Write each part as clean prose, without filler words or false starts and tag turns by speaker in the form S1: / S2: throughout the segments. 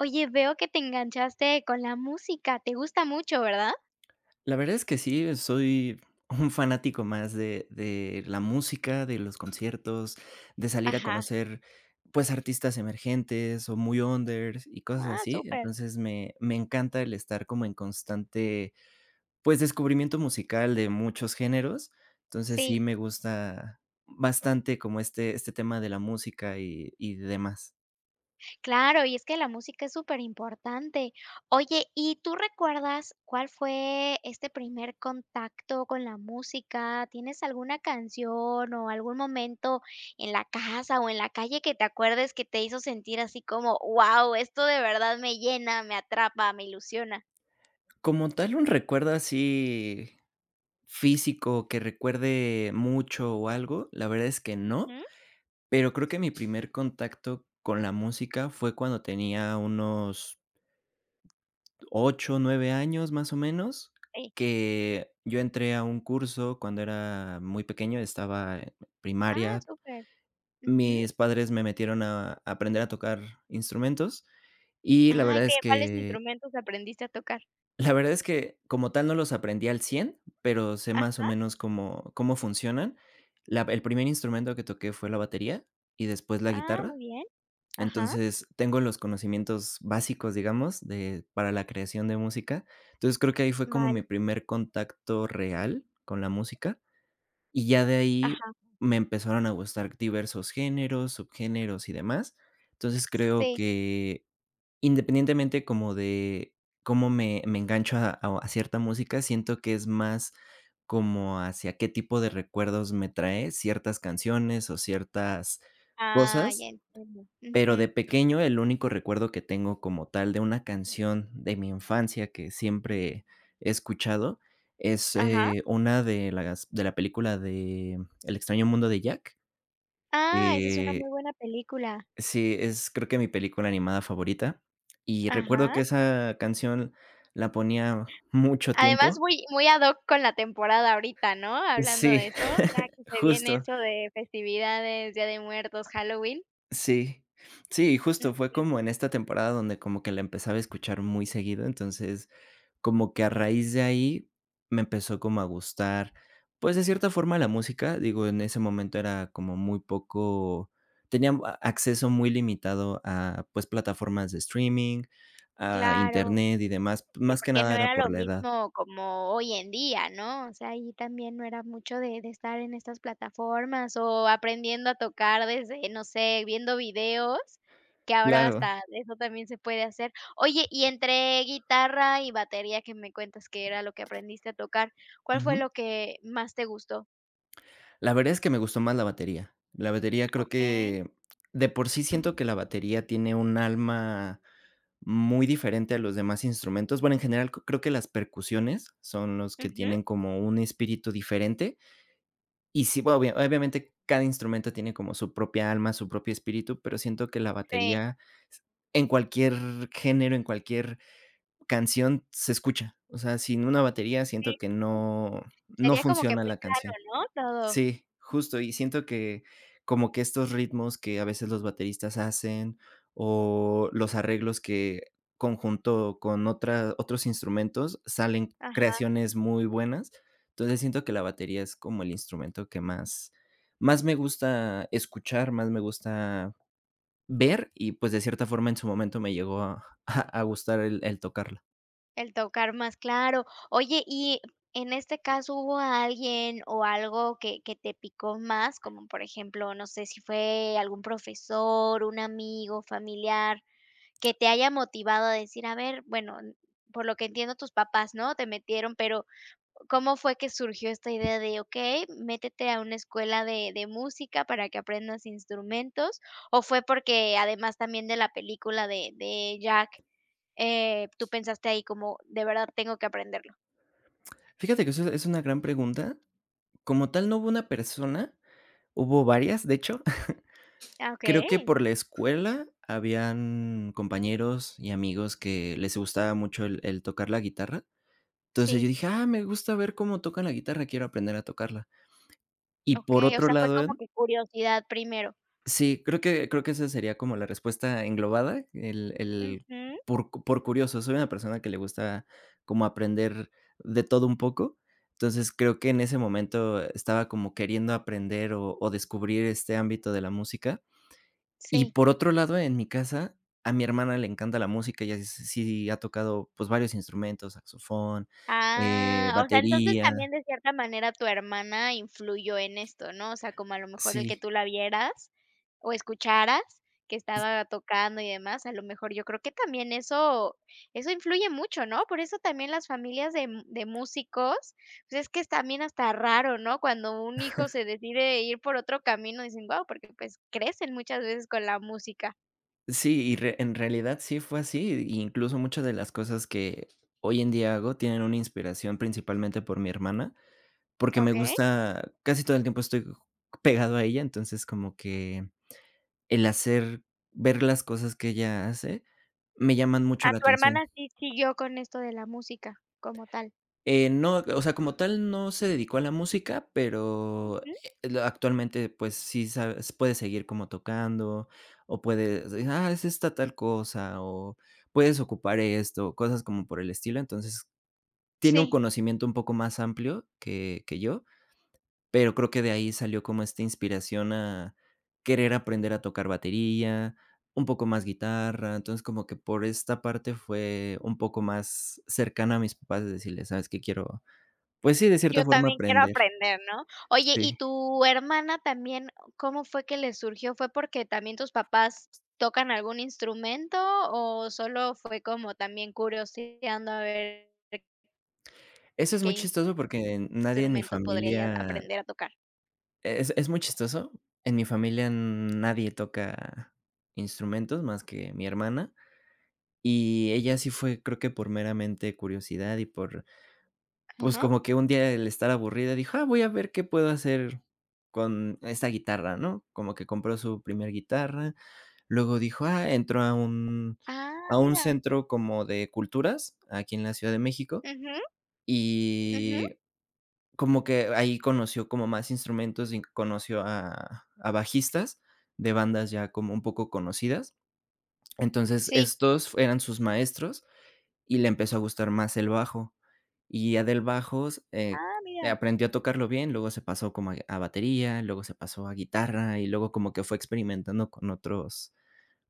S1: Oye, veo que te enganchaste con la música, te gusta mucho, ¿verdad?
S2: La verdad es que sí, soy un fanático más de la música, de los conciertos, de salir a
S1: Ajá.
S2: conocer, pues, artistas emergentes o muy unders y cosas
S1: Ah,
S2: así.
S1: súper.
S2: Entonces, me encanta el estar como en constante, pues, descubrimiento musical de muchos géneros. Entonces, sí
S1: Sí,
S2: me gusta bastante como este tema de la música y demás.
S1: claro, y es que la música es súper importante. Oye, ¿y tú recuerdas cuál fue este primer contacto con la música? ¿Tienes alguna canción o algún momento en la casa o en la calle que te acuerdes que te hizo sentir así como, wow, esto de verdad me llena, me atrapa, me ilusiona?
S2: Como tal, un recuerdo así físico que recuerde mucho o algo, la verdad es que no.
S1: Ujú,
S2: Pero creo que mi primer contacto con la música fue cuando tenía unos 8 9 años, más o menos,
S1: sí.
S2: que yo entré a un curso cuando era muy pequeño, estaba en
S1: Ah,
S2: primaria.
S1: súper. Ujú.
S2: Mis padres me metieron a aprender a tocar instrumentos y la
S1: Ay,
S2: verdad
S1: ¿qué?
S2: es
S1: ¿Cuáles
S2: que
S1: instrumentos aprendiste a tocar?
S2: como tal no los aprendí al cien, pero sé más o
S1: Ah,
S2: menos cómo funcionan. La el primer instrumento que toqué fue la batería y después la
S1: ah,
S2: guitarra.
S1: muy bien. Ajá,
S2: Entonces, tengo los conocimientos básicos, digamos, de para la creación de música. Entonces, creo que ahí fue como
S1: vale.
S2: mi primer contacto real con la música, y ya de ahí
S1: Ajá,
S2: me empezaron a gustar diversos géneros, subgéneros y demás. Entonces, creo
S1: sí.
S2: que independientemente como de cómo me engancho a cierta música, siento que es más como hacia qué tipo de recuerdos me trae ciertas canciones o ciertas
S1: Ah, ya
S2: cosas,
S1: entiendo.
S2: pero de
S1: Ujú,
S2: pequeño, el único recuerdo que tengo como tal de una canción de mi infancia que siempre he escuchado es,
S1: ajá.
S2: una de las de la película de El extraño mundo de Jack.
S1: Ah, esa es una muy
S2: eh,
S1: buena película.
S2: sí, es creo que mi película animada favorita, y recuerdo
S1: Ajá.
S2: que esa canción la ponía mucho
S1: Además,
S2: tiempo.
S1: muy muy ad hoc con la temporada ahorita, ¿no? Hablando
S2: Sí,
S1: de eso, ya que se viene
S2: justo,
S1: eso de festividades, Día de Muertos, Halloween.
S2: sí. Sí, justo
S1: Ujú,
S2: fue como en esta temporada donde como que la empezaba a escuchar muy seguido, entonces como que a raíz de ahí me empezó como a gustar, pues, de cierta forma la música. Digo, en ese momento era como muy poco, tenía a acceso muy limitado a, pues, plataformas de streaming, a
S1: claro.
S2: Internet y demás,
S1: Sí,
S2: más que
S1: porque
S2: nada
S1: no
S2: era
S1: era
S2: por
S1: lo
S2: la edad.
S1: mismo como hoy en día, ¿no? O sea, ahí también no era mucho de estar en estas plataformas o aprendiendo a tocar desde, no sé, viendo videos, que ahora
S2: Claro.
S1: hasta eso también se puede hacer. Oye, y entre guitarra y batería, que me cuentas que era lo que aprendiste a tocar, ¿cuál fue lo
S2: Ujú.
S1: que más te gustó?
S2: La verdad es que me gustó más la batería. La batería creo
S1: Okey.
S2: que de por sí siento que la batería tiene un alma muy diferente a los demás instrumentos. Bueno, en general, c creo que las percusiones son los que
S1: Ujú,
S2: tienen como un espíritu diferente. Y sí, bueno, obviamente cada instrumento tiene como su propia alma, su propio espíritu, pero siento que la
S1: sí,
S2: batería s en cualquier género, en cualquier canción se escucha. O sea, sin una batería
S1: sí.
S2: siento que no no
S1: Sería como que
S2: funciona
S1: muy
S2: la
S1: plano,
S2: canción.
S1: ¿no? Todo.
S2: Sí, justo, y siento que como que estos ritmos que a veces los bateristas hacen, o los arreglos que conjunto con otra otros instrumentos, salen
S1: Ajá.
S2: creaciones muy buenas. Entonces, siento que la batería es como el instrumento que más me gusta escuchar, más me gusta ver y, pues, de cierta forma, en su momento me llegó a a gustar el tocarla.
S1: El tocar más claro. Oye, y en este caso, ¿hubo alguien o algo que te picó más? Como, por ejemplo, no sé si fue algún profesor, un amigo, familiar, que te haya motivado a decir: "A ver, bueno, por lo que entiendo, tus papás, ¿no?, te metieron", pero, ¿cómo fue que surgió esta idea de: "Okey, métete a una escuela de música para que aprendas instrumentos"? ¿O fue porque además también de la película de Jack tú pensaste ahí como, de verdad tengo que aprenderlo.
S2: Fíjate que eso es una gran pregunta. Como tal, no hubo una persona, hubo varias, de hecho.
S1: Ah,
S2: Creo que
S1: okey.
S2: por la escuela habían compañeros y amigos que les gustaba mucho el tocar la guitarra. Entonces, yo
S1: Sí,
S2: dije: "Ah, me gusta ver cómo tocan la guitarra, quiero aprender a tocarla". Y por
S1: okey. O
S2: otro
S1: sea, fue
S2: lado,
S1: como que Curiosidad primero.
S2: sí, creo que esa sería como la respuesta englobada, el el
S1: Ujú,
S2: por cu- por curioso. Soy una persona que le gusta como aprender de todo un poco. Entonces, creo que en ese momento estaba como queriendo aprender o descubrir este ámbito de la música. Y
S1: sí.
S2: por otro lado, en mi casa, a mi hermana le encanta la música, ella sí ha tocado, pues, varios instrumentos, saxofón,
S1: Ah, o sea, entonces
S2: batería.
S1: también de cierta manera tu hermana influyó en esto, ¿no? O sea, como a lo mejor el que
S2: Sí,
S1: tú la vieras o escucharas que estaba tocando y demás, a lo mejor yo creo que también eso influye mucho, ¿no? Por eso también las familias de músicos, pues es que es también hasta raro, ¿no? Cuando un hijo se decide ir por otro camino, dicen: "Guau", porque, pues, crecen muchas veces con la música.
S2: sí, y re en realidad sí fue así, incluso muchas de las cosas que hoy en día hago tienen una inspiración principalmente por mi hermana, porque me
S1: ¿Ok?
S2: gusta, casi todo el tiempo estoy pegado a ella, entonces como que el hacer, ver las cosas que ella hace, me llaman mucho
S1: ¿A
S2: la
S1: tu
S2: atención.
S1: hermana sí siguió con esto de la música como tal?
S2: No, o sea, como tal no se dedicó a la música, pero,
S1: Ujú.
S2: lo actualmente, pues, sí sabes puede seguir como tocando, o puede: "Ah, es esta tal cosa", o puedes ocupar esto, cosas como por el estilo. Entonces, tiene un
S1: Sí.
S2: conocimiento un poco más amplio que yo, pero creo que de ahí salió como esta inspiración a querer aprender a tocar batería, un poco más guitarra. Entonces, como que por esta parte fue un poco más cercana a mis papás de decirles: "¿Sabes qué? Quiero, pues sí, de cierta
S1: Yo
S2: forma
S1: también quiero
S2: aprender".
S1: aprender, ¿no? Oye,
S2: Sí.
S1: ¿y tu hermana también cómo fue que le surgió? ¿Fue porque también tus papás tocan algún instrumento o solo fue como también curioseando a ver
S2: Eso es muy
S1: qué
S2: chistoso porque nadie en mi
S1: instrumento podría ella
S2: familia
S1: aprender a tocar?
S2: es muy chistoso. En mi familia nadie toca instrumentos más que mi hermana, y ella sí fue, creo que por meramente curiosidad y por, pues,
S1: Ujú.
S2: como que un día el estar aburrida dijo: "Ah, voy a ver qué puedo hacer con esta guitarra", ¿no? Como que compró su primer guitarra, luego dijo: "Ah", entró a un
S1: Ah, mira.
S2: centro como de culturas aquí en la Ciudad de México.
S1: Ujú, ujú.
S2: Y como que ahí conoció como más instrumentos y conoció a bajistas de bandas ya como un poco conocidas. Entonces,
S1: Sí.
S2: estos eran sus maestros y le empezó a gustar más el bajo. Y ya del bajo,
S1: Ah, mira.
S2: aprendió a tocarlo bien, luego se pasó como a batería, luego se pasó a guitarra y luego como que fue experimentando con otros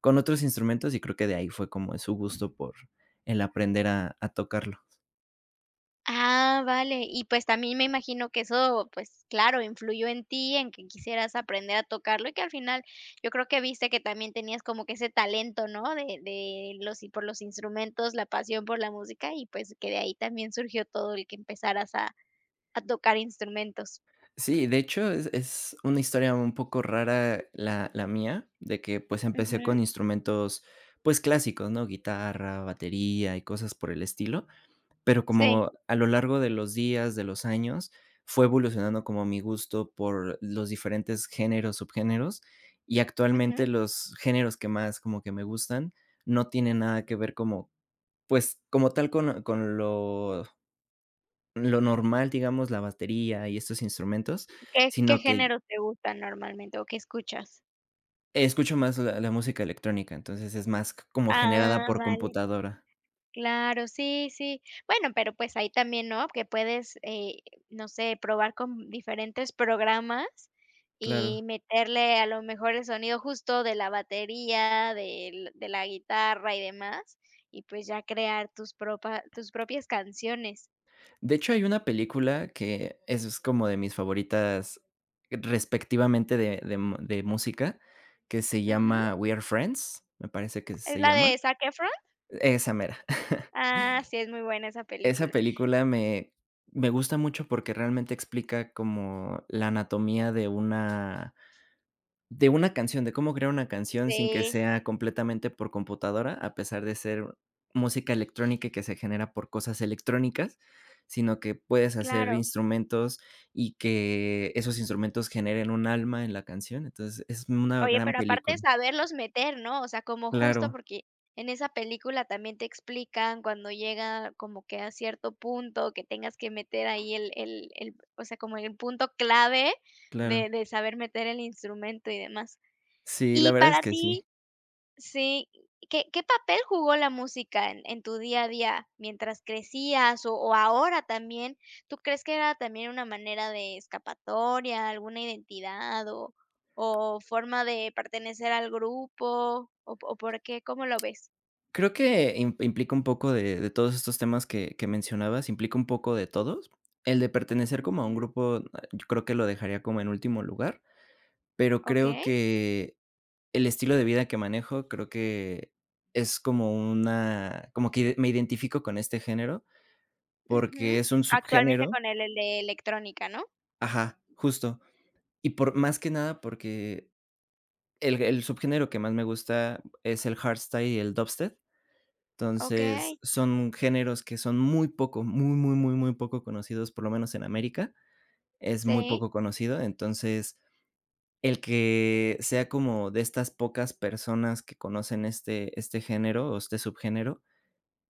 S2: instrumentos, y creo que de ahí fue como su gusto por el aprender a tocarlo.
S1: Ah, vale. Y, pues, también me imagino que eso, pues, claro, influyó en ti, en que quisieras aprender a tocarlo, y que al final yo creo que viste que también tenías como que ese talento, ¿no? De los y por los instrumentos, la pasión por la música, y, pues, que de ahí también surgió todo el que empezaras a tocar instrumentos.
S2: Sí, de hecho, es una historia un poco rara la mía, de que, pues, empecé
S1: Ujú.
S2: con instrumentos, pues, clásicos, ¿no? Guitarra, batería y cosas por el estilo, pero
S1: Sí.
S2: como a lo largo de los días, de los años, fue evolucionando como mi gusto por los diferentes géneros, subgéneros, y
S1: Ujú.
S2: actualmente los géneros que más como que me gustan no tienen nada que ver como, pues, como tal con lo normal, digamos, la batería y estos instrumentos,
S1: ¿Qué qué
S2: sino que
S1: género te gustan normalmente, o qué escuchas?
S2: escucho más la música electrónica, entonces es más c como generada
S1: Ah,
S2: por
S1: vale.
S2: computadora.
S1: Claro, sí, sí. Bueno, pero pues ahí también, ¿no? Que puedes, no sé, probar con diferentes programas y
S2: Claro.
S1: meterle a lo mejor el sonido justo de la batería, del de la guitarra y demás, y pues ya crear tus propias canciones.
S2: De hecho, hay una película que es como de mis favoritas respectivamente de música, que se
S1: Ujú.
S2: llama We Are Friends, me parece que
S1: ¿Es
S2: se
S1: la
S2: llama.
S1: de Zac Efron?
S2: Esa mera.
S1: Ah, sí, es muy buena esa
S2: Esa
S1: película.
S2: película me gusta mucho porque realmente explica como la anatomía de una, de una canción, de cómo crear una canción sin que
S1: Sí,
S2: sea completamente por computadora, a pesar de ser música electrónica y que se genera por cosas electrónicas, sino que puedes hacer
S1: claro.
S2: instrumentos y que esos instrumentos generen un alma en la canción. Entonces, es una
S1: Oye,
S2: gran
S1: pero aparte de
S2: película.
S1: saberlos meter, ¿no? O sea, como justo
S2: Claro,
S1: porque en esa película también te explican cuando llega como que a cierto punto que tengas que meter ahí el, o sea, como el punto clave
S2: claro.
S1: de saber meter el instrumento y demás.
S2: Sí, la
S1: Y
S2: verdad es
S1: para
S2: que
S1: ti
S2: sí.
S1: sí, ¿qué qué papel jugó la música en tu día a día mientras crecías o ahora también? ¿Tú crees que era también una manera de escapatoria, alguna identidad o forma de pertenecer al grupo o por qué? ¿Cómo lo ves?
S2: Creo que im implica un poco de todos estos temas que mencionabas, implica un poco de todos. El de pertenecer como a un
S1: Ujú.
S2: grupo, yo creo que lo dejaría como en último lugar. Pero creo
S1: Okey,
S2: que el estilo de vida que manejo, creo que es como una, como que me identifico con este género,
S1: ujú.
S2: porque es un
S1: Actualmente
S2: subgénero,
S1: con el de electrónica, ¿no?
S2: ajá, justo. Y por más que nada, porque el subgénero que más me gusta es el hardstyle y el dubstep. Entonces,
S1: Okey,
S2: son géneros que son muy poco, muy, muy, muy, muy poco conocidos, por lo menos en América, es muy
S1: sí,
S2: poco conocido. Entonces, el que sea como de estas pocas personas que conocen este género o este subgénero,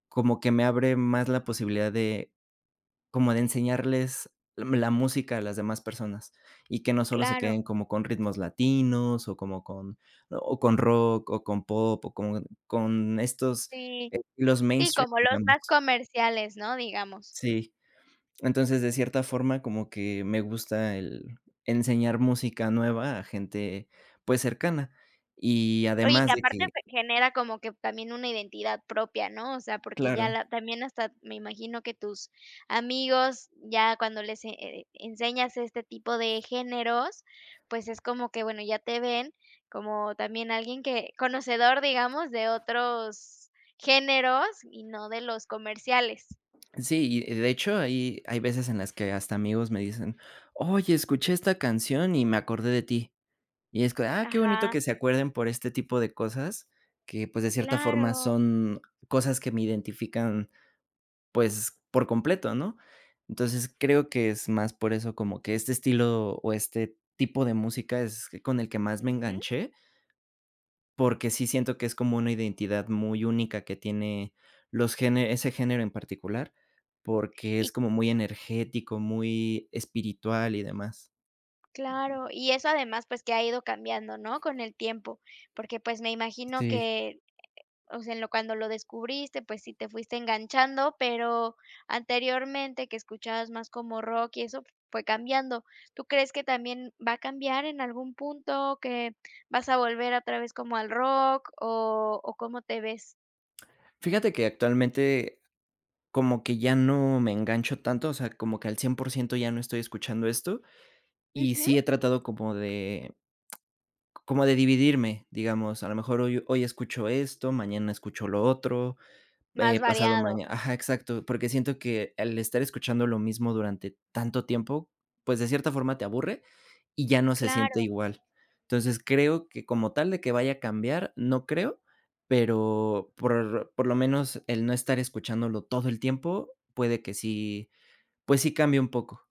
S2: como que me abre más la posibilidad de como de enseñarles la música a las demás personas, y que no solo se
S1: claro,
S2: queden como con ritmos latinos, o como con, ¿no?, o con rock, o con pop, o con estos
S1: sí,
S2: estilos
S1: sí,
S2: mainstream,
S1: como los más
S2: digamos.
S1: comerciales, ¿no? Digamos.
S2: Sí. Entonces, de cierta forma, como que me gusta el enseñar música nueva a gente, pues, cercana. Y
S1: Oye, y que
S2: además de que
S1: aparte fe genera como que también una identidad propia, ¿no? O sea, porque ya
S2: claro.
S1: la también hasta me imagino que tus amigos, ya cuando les enseñas este tipo de géneros, pues es como que, bueno, ya te ven como también alguien que conocedor, digamos, de otros géneros y no de los comerciales.
S2: Sí, y de hecho, hay veces en las que hasta amigos me dicen: "Oye, escuché esta canción y me acordé de ti". Y es co ah, qué bonito
S1: Ajá,
S2: que se acuerden por este tipo de cosas que, pues, de cierta forma
S1: claro.
S2: son cosas que me identifican, pues, por completo, ¿no? Entonces, creo que es más por eso, como que este estilo o este tipo de música es que con el que más me
S1: Ujú.
S2: enganché, porque sí siento que es como una identidad muy única que tiene los géne ese género en particular, porque es
S1: Y
S2: como muy energético, muy espiritual y demás.
S1: claro, y eso además, pues, que ha ido cambiando, ¿no? Con el tiempo, porque, pues, me imagino
S2: Sí.
S1: que o sea, en lo cuando lo descubriste, pues sí te fuiste enganchando, pero anteriormente que escuchabas más como rock y eso fue cambiando. ¿Tú crees que también va a cambiar en algún punto, que vas a volver otra vez como al rock o cómo te ves?
S2: Fíjate que actualmente como que ya no me engancho tanto, o sea, como que al 100% ya no estoy escuchando esto, y
S1: Ujú,
S2: sí he tratado como de, como de dividirme, digamos, a lo mejor hoy escucho esto, mañana escucho lo otro,
S1: más
S2: pasado
S1: variado,
S2: mañana, ajá, exacto, porque siento que al estar escuchando lo mismo durante tanto tiempo, pues, de cierta forma te aburre y ya no se siente
S1: claro.
S2: igual. Entonces, creo que como tal de que vaya a cambiar, no creo, pero por lo menos el no estar escuchándolo todo el tiempo puede que sí, pues, sí cambie un poco.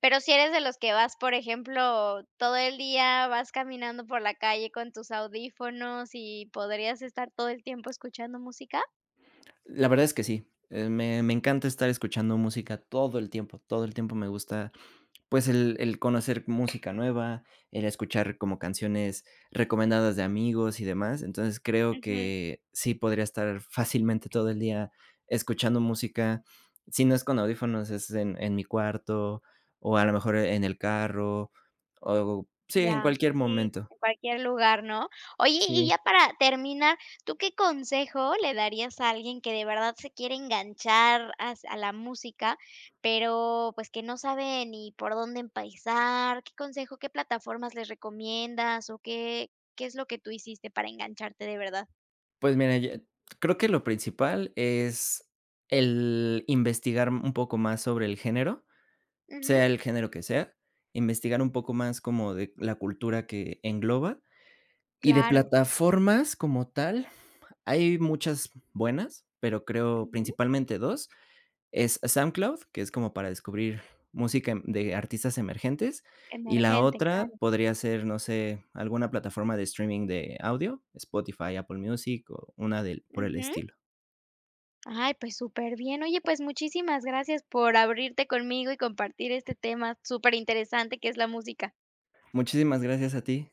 S1: Pero si eres de los que vas, por ejemplo, todo el día vas caminando por la calle con tus audífonos y podrías estar todo el tiempo escuchando música.
S2: La verdad es que sí, me encanta estar escuchando música todo el tiempo me gusta. Pues el conocer música nueva, el escuchar como canciones recomendadas de amigos y demás. Entonces, creo
S1: Ujú.
S2: que sí podría estar fácilmente todo el día escuchando música. Si no es con audífonos, es en mi cuarto, o a lo mejor en el carro, o sí, en
S1: Ya,
S2: cualquier
S1: sí,
S2: momento.
S1: en cualquier lugar, ¿no? Oye, y
S2: Sí.
S1: ya para terminar, ¿tú qué consejo le darías a alguien que de verdad se quiere enganchar as a la música, pero, pues, que no sabe ni por dónde empezar? ¿Qué consejo, qué plataformas les recomiendas o qué qué es lo que tú hiciste para engancharte de verdad?
S2: Pues mira, ya creo que lo principal es el investigar un poco más sobre el género,
S1: Ujú,
S2: sea el género que sea, investigar un poco más como de la cultura que engloba. Y de
S1: claro,
S2: plataformas como tal, hay muchas buenas, pero creo
S1: ujú,
S2: principalmente dos, es SoundCloud, que es como para descubrir música de artistas emergentes, y la
S1: emergente,
S2: otra
S1: claro,
S2: podría ser, no sé, alguna plataforma de streaming de audio, Spotify, Apple Music o una del por el
S1: ujú.
S2: estilo.
S1: Ay, pues súper bien. Oye, pues muchísimas gracias por abrirte conmigo y compartir este tema súper interesante que es la música.
S2: Muchísimas gracias a ti.